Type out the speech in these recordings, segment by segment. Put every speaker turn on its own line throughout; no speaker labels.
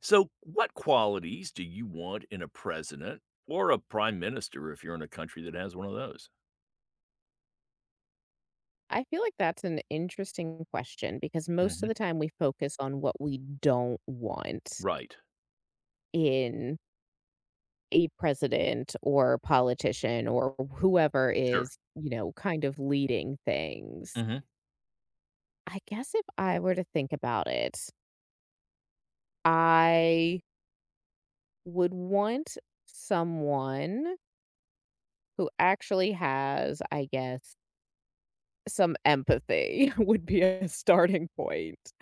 So, what qualities do you want in a president or a prime minister if you're in a country that has one of those?
I feel like that's an interesting question because most of
hmm
the time we focus on what we don't want
Right.
in a president or politician or whoever
Sure.
is, you know, kind of leading things.
hmm
I guess if I were to think about it, I would want someone who actually has, I guess, some empathy would be a starting point,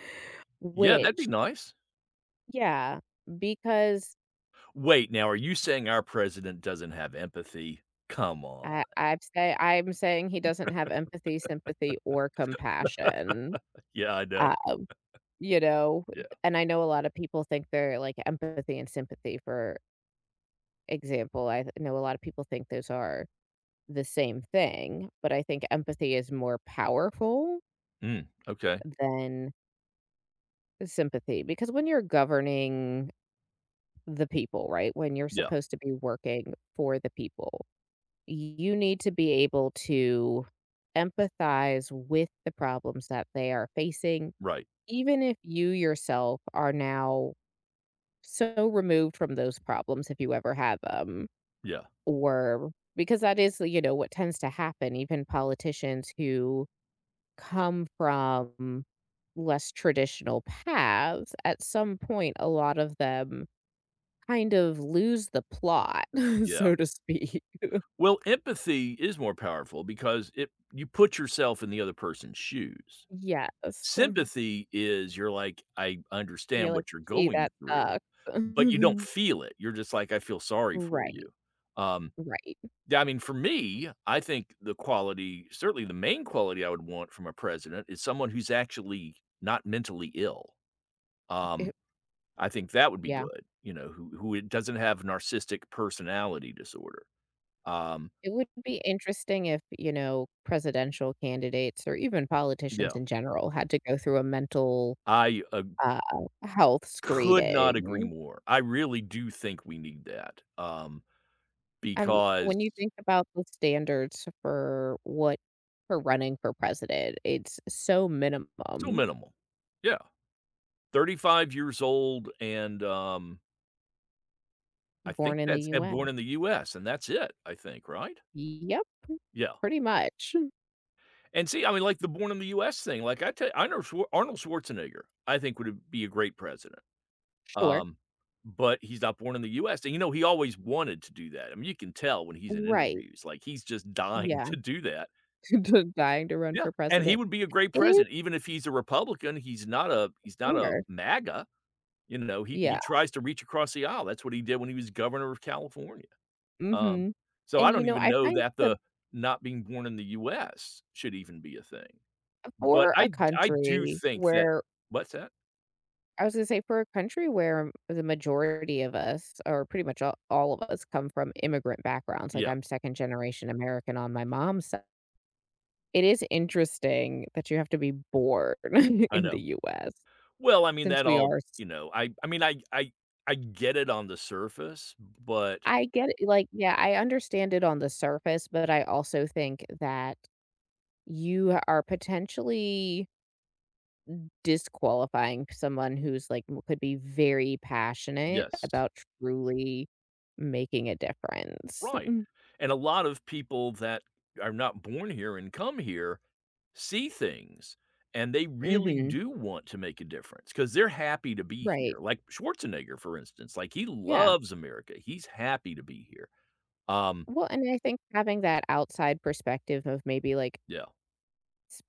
Yeah, that'd
which,
be nice.
yeah, because
Wait, now are you saying our president doesn't have empathy? Come
I
on.
I'd say I'm saying he doesn't have empathy, sympathy, or compassion,
Yeah, I know.
uh, you know,
Yeah.
and I know a lot of people think they're, like, empathy and sympathy, for example, know a lot of people think those are the same thing, but I think empathy is more powerful
Mm, okay.
than sympathy, because when you're governing the people, right, when you're
Yeah.
supposed to be working for the people. You need to be able to empathize with the problems that they are facing,
Right.
even if you yourself are now so removed from those problems, if you ever had them,
Yeah.
or because that is, you know, what tends to happen. Even politicians who come from less traditional paths, at some point, a lot of them kind of lose the plot,
Yeah.
so to speak.
Well, empathy is more powerful because it you put yourself in the other person's shoes.
Yes.
Sympathy is you're like, "I
You're
understand
like,
what you're
"Gee,
going
that
through,"
sucks."
but you don't feel it. You're just like, "I feel sorry for
Right,
you." Um,
right.
yeah, I mean, for me, I think the quality, certainly the main quality I would want from a president is someone who's actually not mentally ill. Um,
It
I think that would be
yeah.
good, you know, who it doesn't have narcissistic personality disorder. Um,
It would be interesting if, you know, presidential candidates or even politicians
yeah,
in general had to go through a mental,
I
uh, health
could not agree
screening.
more. I really do think we need that, because
When you think about the standards for what for running for president, it's so
still
minimum.
minimal. Yeah, 35 years old, and, I think
Born in the
that's and
US.
born in the US, and that's it, I think, right?
Yep.
Yeah,
Pretty much.
and see, I mean, like, the born in the US thing, like, I know Schwar Arnold Schwarzenegger, I think would be a great president,
Sure.
um, but he's not born in the US, and, you know, he always wanted to do that. I mean, you can tell when he's in
Right.
interviews, like, he's just dying
Yeah.
to do that.
Dying to run
Yeah,
for
and he
president.
would be a great
It is.
president, even if he's a Republican, he's not a
Sure.
MAGA. You know, he
Yeah.
tries to reach across the aisle. That's what he did when he was governor of California. Um,
Mhm.
so I
And, you
don't
know,
even
I
know
find
that
the
the not being born in the US should even be a thing. But
for
I
a
d I do
country
think that
where
what's that?
I was gonna say for a country where the majority of us, or pretty much all of us, come from immigrant backgrounds, like,
Yeah,
I'm second generation American on my mom's side, it is interesting that you have to be born
I
in the
know.
US
Well, I mean,
since
that
we
all
are s.
you know, I mean, I get it on the surface, but
I get it, like, yeah, I understand it on the surface, but I also think that you are potentially disqualifying someone who's, like, m could be very passionate
yes,
about truly making a difference.
right.
Mm
And a lot of people that are not born here and come here see things and they really
mhm.
do want to make a difference because they're happy to be here.
Right.
Like Schwarzenegger, for instance, like he
Yeah.
loves America. He's happy to be here. Um,
Well, and I think having that outside perspective of maybe, like,
yeah,
s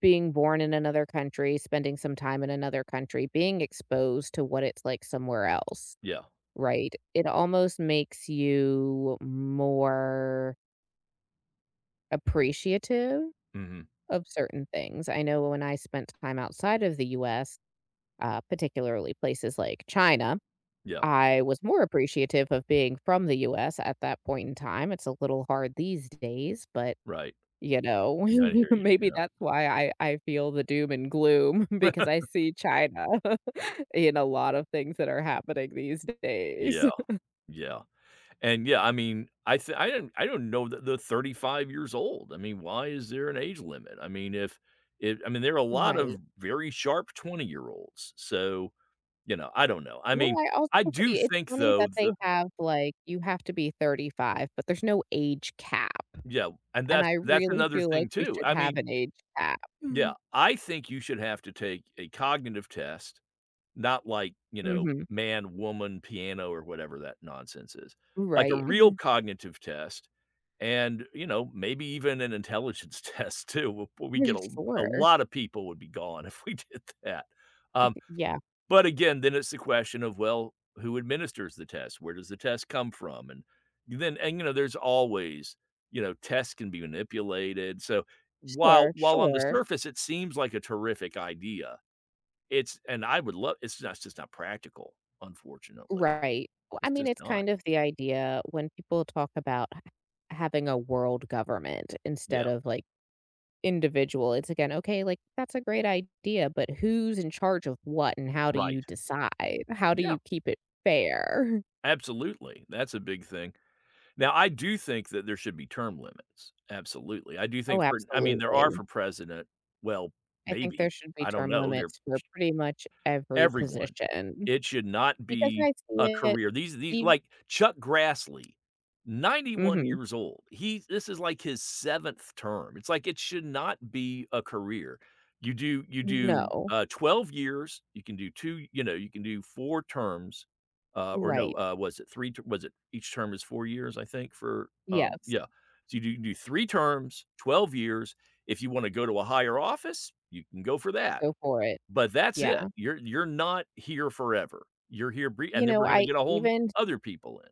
being born in another country, spending some time in another country, being exposed to what it's like somewhere else,
yeah,
right? It almost makes you more appreciative
hmm
of certain things. I know when I spent time outside of the US, particularly places like China.
yeah,
I was more appreciative of being from the US at that point in time. It's a little hard these days, but
right.
you know,
Yeah, I hear you.
maybe
Yeah,
that's why I feel the doom and gloom because I see China in a lot of things that are happening these days.
yeah, yeah. And yeah, I mean, I don't know that they're 35 years old. I mean, why is there an age limit? I mean, if it, I mean, there are a lot
Right.
of very sharp 20-year-olds. So, you know, I don't know. I
Well,
mean,
I also
I do
it's
think
funny
though,
that they have like you have to be 35, but there's no age cap.
yeah, and
And
that's
I really
another
feel like
thing
we
too.
should
I
have
mean,
an age cap.
yeah, I think you should have to take a cognitive test, not like, you know,
Mhm.
man, woman, piano, or whatever that nonsense is. Like a
Right.
real
Mhm.
cognitive test and, you know, maybe even an intelligence test too. We get a
Sure.
lot of people would be gone if we did that.
I
Um
thi yeah.
but again, then it's the question of, well, who administers the test? Where does the test come from? And then and, you know, tests can be manipulated. So
Sure,
while on the
sure.
surface it seems like a terrific idea, it's and I would love, it's just not practical, unfortunately.
Right. Well, I
It's
mean,
just
it's
not.
kind of the idea when people talk about h having a world government instead
Yeah,
of, like, individual, it's again, okay, like, that's a great idea, but who's in charge of what, and how do
right.
you decide? How do
Yeah,
you keep it fair?
absolutely. That's a big thing. Now, I do think that there should be term limits. Absolutely. I do
Oh,
think for, I mean, there are
absolutely.
for president, well,
I think there
maybe.
should be
I don't
term
know. There
limits for pretty much every
everyone.
position
It should not
because I
be a
see it
career. These
ev.
like Chuck Grassley, 91
Mhm.
years old. He this is like his 7th term. It's like it should not be a career. You do,
No.
12 years, you can do 2, you know, you can do 4 terms, or no,
Right.
was it 3 ter was it each term is 4 years, I think, for,
Yes,
yeah. So you do 3 terms, 12 years. If you wanna go to a higher office, you can go for that.
go for it.
But that's
Yeah.
it. You're not here forever. You're here brie
You
and then
know,
we're gonna
I
get a whole
even
other people in.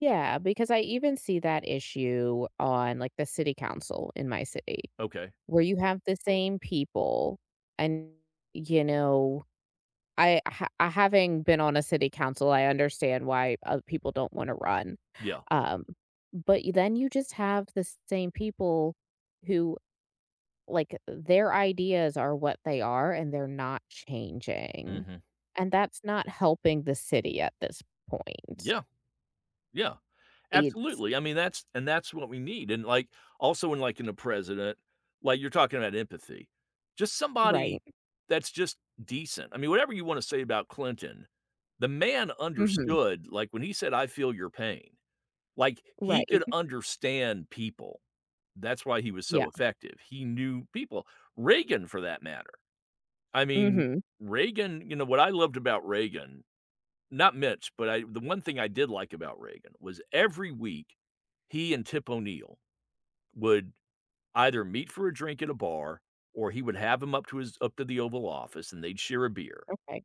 yeah, because I even see that issue on, like, the city council in my city,
Okay.
where you have the same people and, you know, I having been on a city council, I understand why other people don't wanna run,
Yeah.
um, but y- then you just have the same people who like, their ideas are what they are, and they're not changing,
Mhm.
and that's not helping the city at this point.
Yeah, yeah.
It's
Absolutely. I mean, that's and that's what we need. And, like, also in, like, in the president, like, you're talking about empathy. Just somebody
Right.
that's just decent. I mean, whatever you wanna say about Clinton, the man
Mhm.
understood, like, when he said, "I feel your pain," like, he
Right.
could understand people. That's why he was
Yeah.
so effective. He knew people. Reagan, for that matter. I mean,
Mhm.
Reagan, you know, what I loved about Reagan, not mitch but I the one thing I did like about Reagan was every week, he and Tip O'Neill would either meet for a drink at a bar, or he would have him up to the Oval Office, and they'd share a beer.
Okay.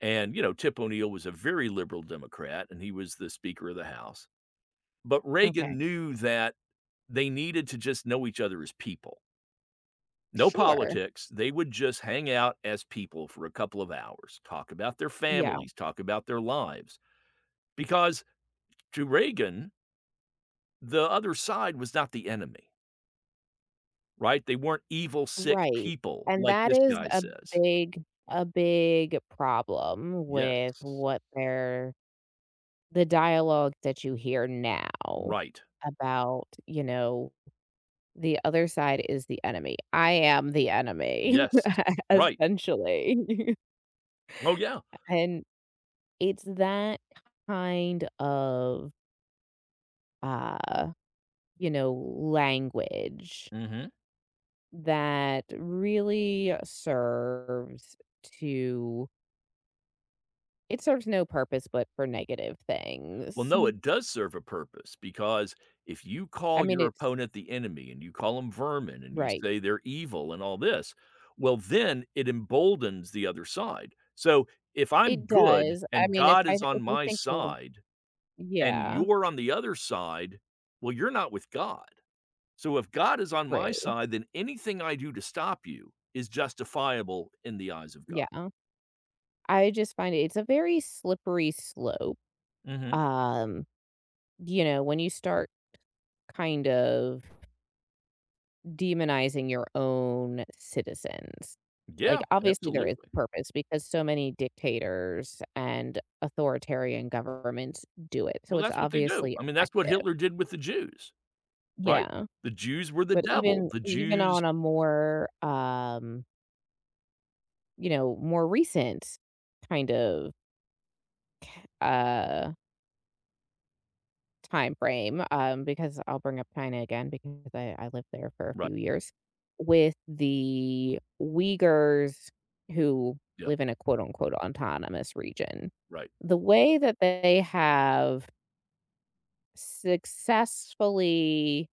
And, you know, Tip O'Neill was a very liberal Democrat, and he was the Speaker of the House. But Reagan
Okay.
knew that they needed to just know each other as people. No
Sure.
politics. They would just hang out as people for a couple of hours, talk about their
Yeah.
families, talk about their lives. Because to Reagan, the other side was not the enemy, right? They weren't evil, sick
Right.
people
And
like
that
this
is
guy says.
big a big problem with
Yes.
what they're the dialogue that you hear now
Right.
about, you know. The other side is the enemy. I am the enemy,
Yes. Right.
essentially.
Oh, yeah.
And it's that kind of, uh, you know, language
Mhm.
that really serves to it serves no purpose but for negative
Well,
things.
no, it does serve a purpose because if you
I
call
mean,
your
it's
opponent the enemy and you call them vermin and you
right.
say they're evil and all this, well, then it emboldens the other side. So if I'm
It
good
does. I
and
mean, if
God
I
is on
if you
my
think of
side and
yeah,
you're on the other side, well, you're not with God. So if God is on my
rude,
side, then anything I do to stop you is justifiable in the eyes of God.
yeah. I just find it it's a very slippery slope.
Mhm.
Um, you know, when you start kind of demonizing your own citizens. Like,
Yeah,
obviously, there is
absolutely.
a purpose because so many dictators and authoritarian governments do it. So
Well,
it's
that's what they do.
obviously
I mean, that's what
effective.
Hitler did with the Jews. Right?
Yeah.
The Jews were the
But
devil.
even
The
even
Jews
on a more, you know, more recent kind of, uh time frame, because I'll bring up China again because I lived there for a
right,
few years with the Uyghurs who
yeah,
live in a quote unquote autonomous region.
right.
The way that they have successfully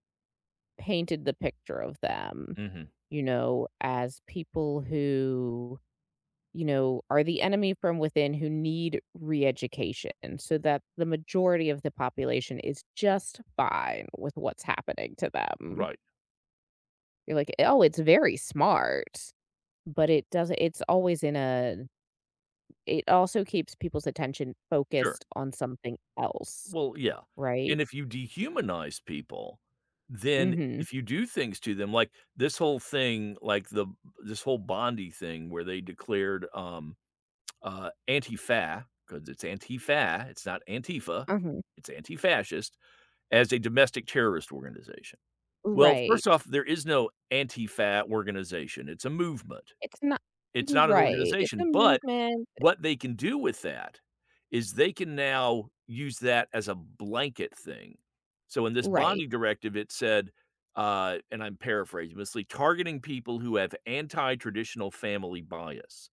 painted the picture of them,
Mhm.
you know, as people who you know, are the enemy from within who need re-education so that the majority of the population is just fine with what's happening to them.
Right,
You're like, oh, it's very smart, but it doesn't, it's always in a, it also keeps people's attention
sure.
focused on something else,
Well, yeah,
right?
and if you dehumanize people, then
Mm hmm.
if you do things to them, like this whole thing, like the this whole Bondi thing where they declared, anti-fa, because it's anti-fa, it's not Antifa,
Mm hmm.
it's anti-fascist, as a domestic terrorist organization. Well,
Right.
first off, there is no anti-fa organization, it's a movement.
It's not,
It's
mm,
not an
right. It's a
organization, but
movement,
what they can do with that is they can now use that as a blanket thing. So in this
right.
bonding directive, it said, and I'm paraphrasing, mostly targeting people who have anti-traditional family bias,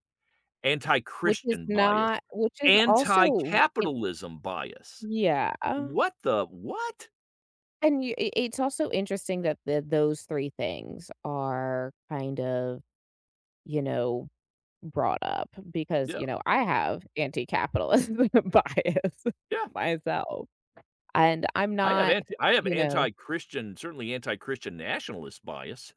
Which is
anti-Christian bias,
not, which is also, it-
anti-capitalism bias.
yeah.
What the what?
And you I it's also interesting that the those 3 things are kind of, you know, brought up because,
Yeah,
you know, I have anti-capitalist bias
yeah.
myself, and I'm not,
I have
you know
anti-Christian, certainly anti-Christian nationalist bias.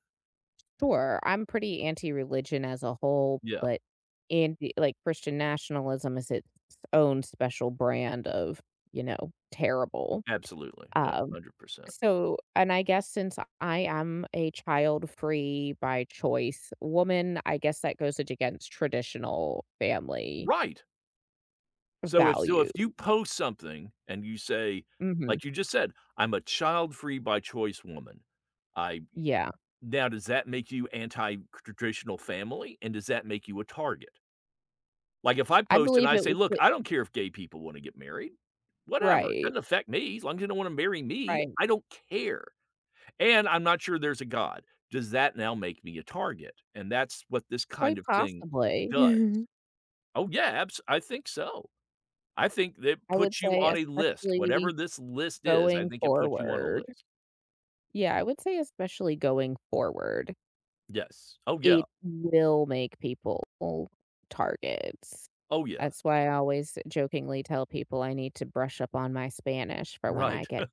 sure, I'm pretty anti-religion as a whole,
Yeah,
but anti like, Christian nationalism is its own special brand of, you know, terrible,
absolutely. Yeah,
um.
100%.
So, and I guess since I am a child-free by choice woman, I guess that goes against traditional family
Right. So if so
value.
if you post something and you say,
Mhm.
like you just said, "I'm a child-free by choice woman." I
Yeah.
now does that make you anti-traditional family, and does that make you a target? Like, if I
I
post and
believe
I
it
say,
would
"Look,
fit.
I don't care if gay people wanna get married. Whatever, it
Right,
doesn't affect me, as long as you don't wanna marry me,
right.
I don't care, and I'm not sure there's a God." Does that now make me a target? And that's what this kind
Quite
of thing
possibly.
does. Oh, yeah, abs I think so. I think that
I would
puts you
say
on a list.
especially
Whatever this list is, I
going
think it puts you on a
forward.
list.
Yeah, I would say especially going forward.
Yes. Oh, yeah.
It will make people targets.
Oh, yeah.
That's why I always jokingly tell people I need to brush up on my Spanish for when I
Right.
get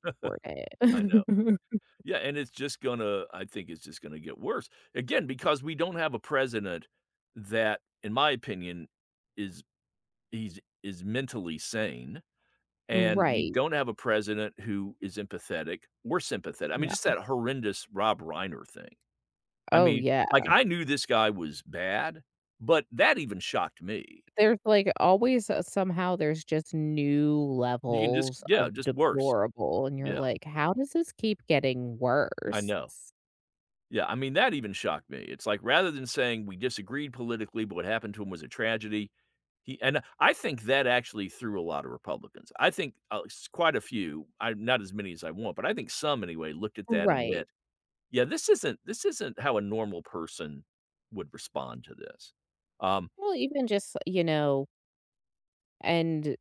I know.
deported.
Yeah, and it's just gonna, I think it's just gonna get worse. Again, because we don't have a president that, in my opinion, is is mentally sane, and we
Right.
don't have a president who is empathetic or sympathetic. I mean, just
Yeah.
that horrendous Rob Reiner thing. I
Oh,
mean,
yeah.
like, I knew this guy was bad, but that even shocked me.
There's, like, always, somehow there's just new
You can just
levels
yeah,
of
just worse.
deplorable, and you're
Yeah,
like, "How does this keep getting
I
worse?"
know. Yeah, I mean, that even shocked me. It's like, rather than saying we disagreed politically, but what happened to him was a tragedy, he and I think that actually threw a lot of Republicans. I think, s quite a few, I not as many as I want, but I think some anyway looked at that and
Right.
went, "Yeah, this isn't how a normal person would respond to this." Um,
Well, even just, you know and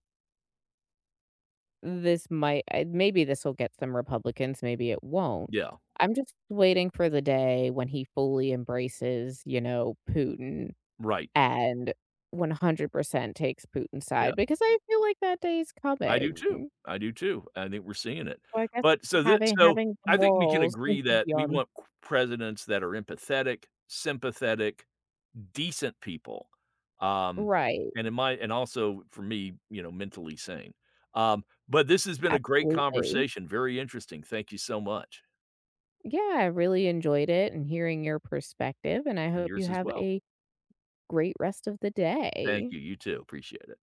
this might I maybe this will get some Republicans, maybe it won't.
yeah,
I'm just waiting for the day when he fully embraces, you know, Putin
right,
and 100% takes Putin's
yeah.
side because I feel like that day is
I do too.
coming.
I do too. I think we're seeing it.
So I guess
But so that
having
so
having the
I think we can
morals to
agree that
be
we
on
want q presidents that are empathetic, sympathetic, decent people, um,
right,
and in my and also for me, you know, mentally sane. But this has been a great
absolutely.
conversation, very interesting. Thank you so much,
Yeah, I really enjoyed it and hearing your perspective, and I
and
hope you
yours as
have
well.
a great rest of the
Thank
day.
you. You too. Appreciate it.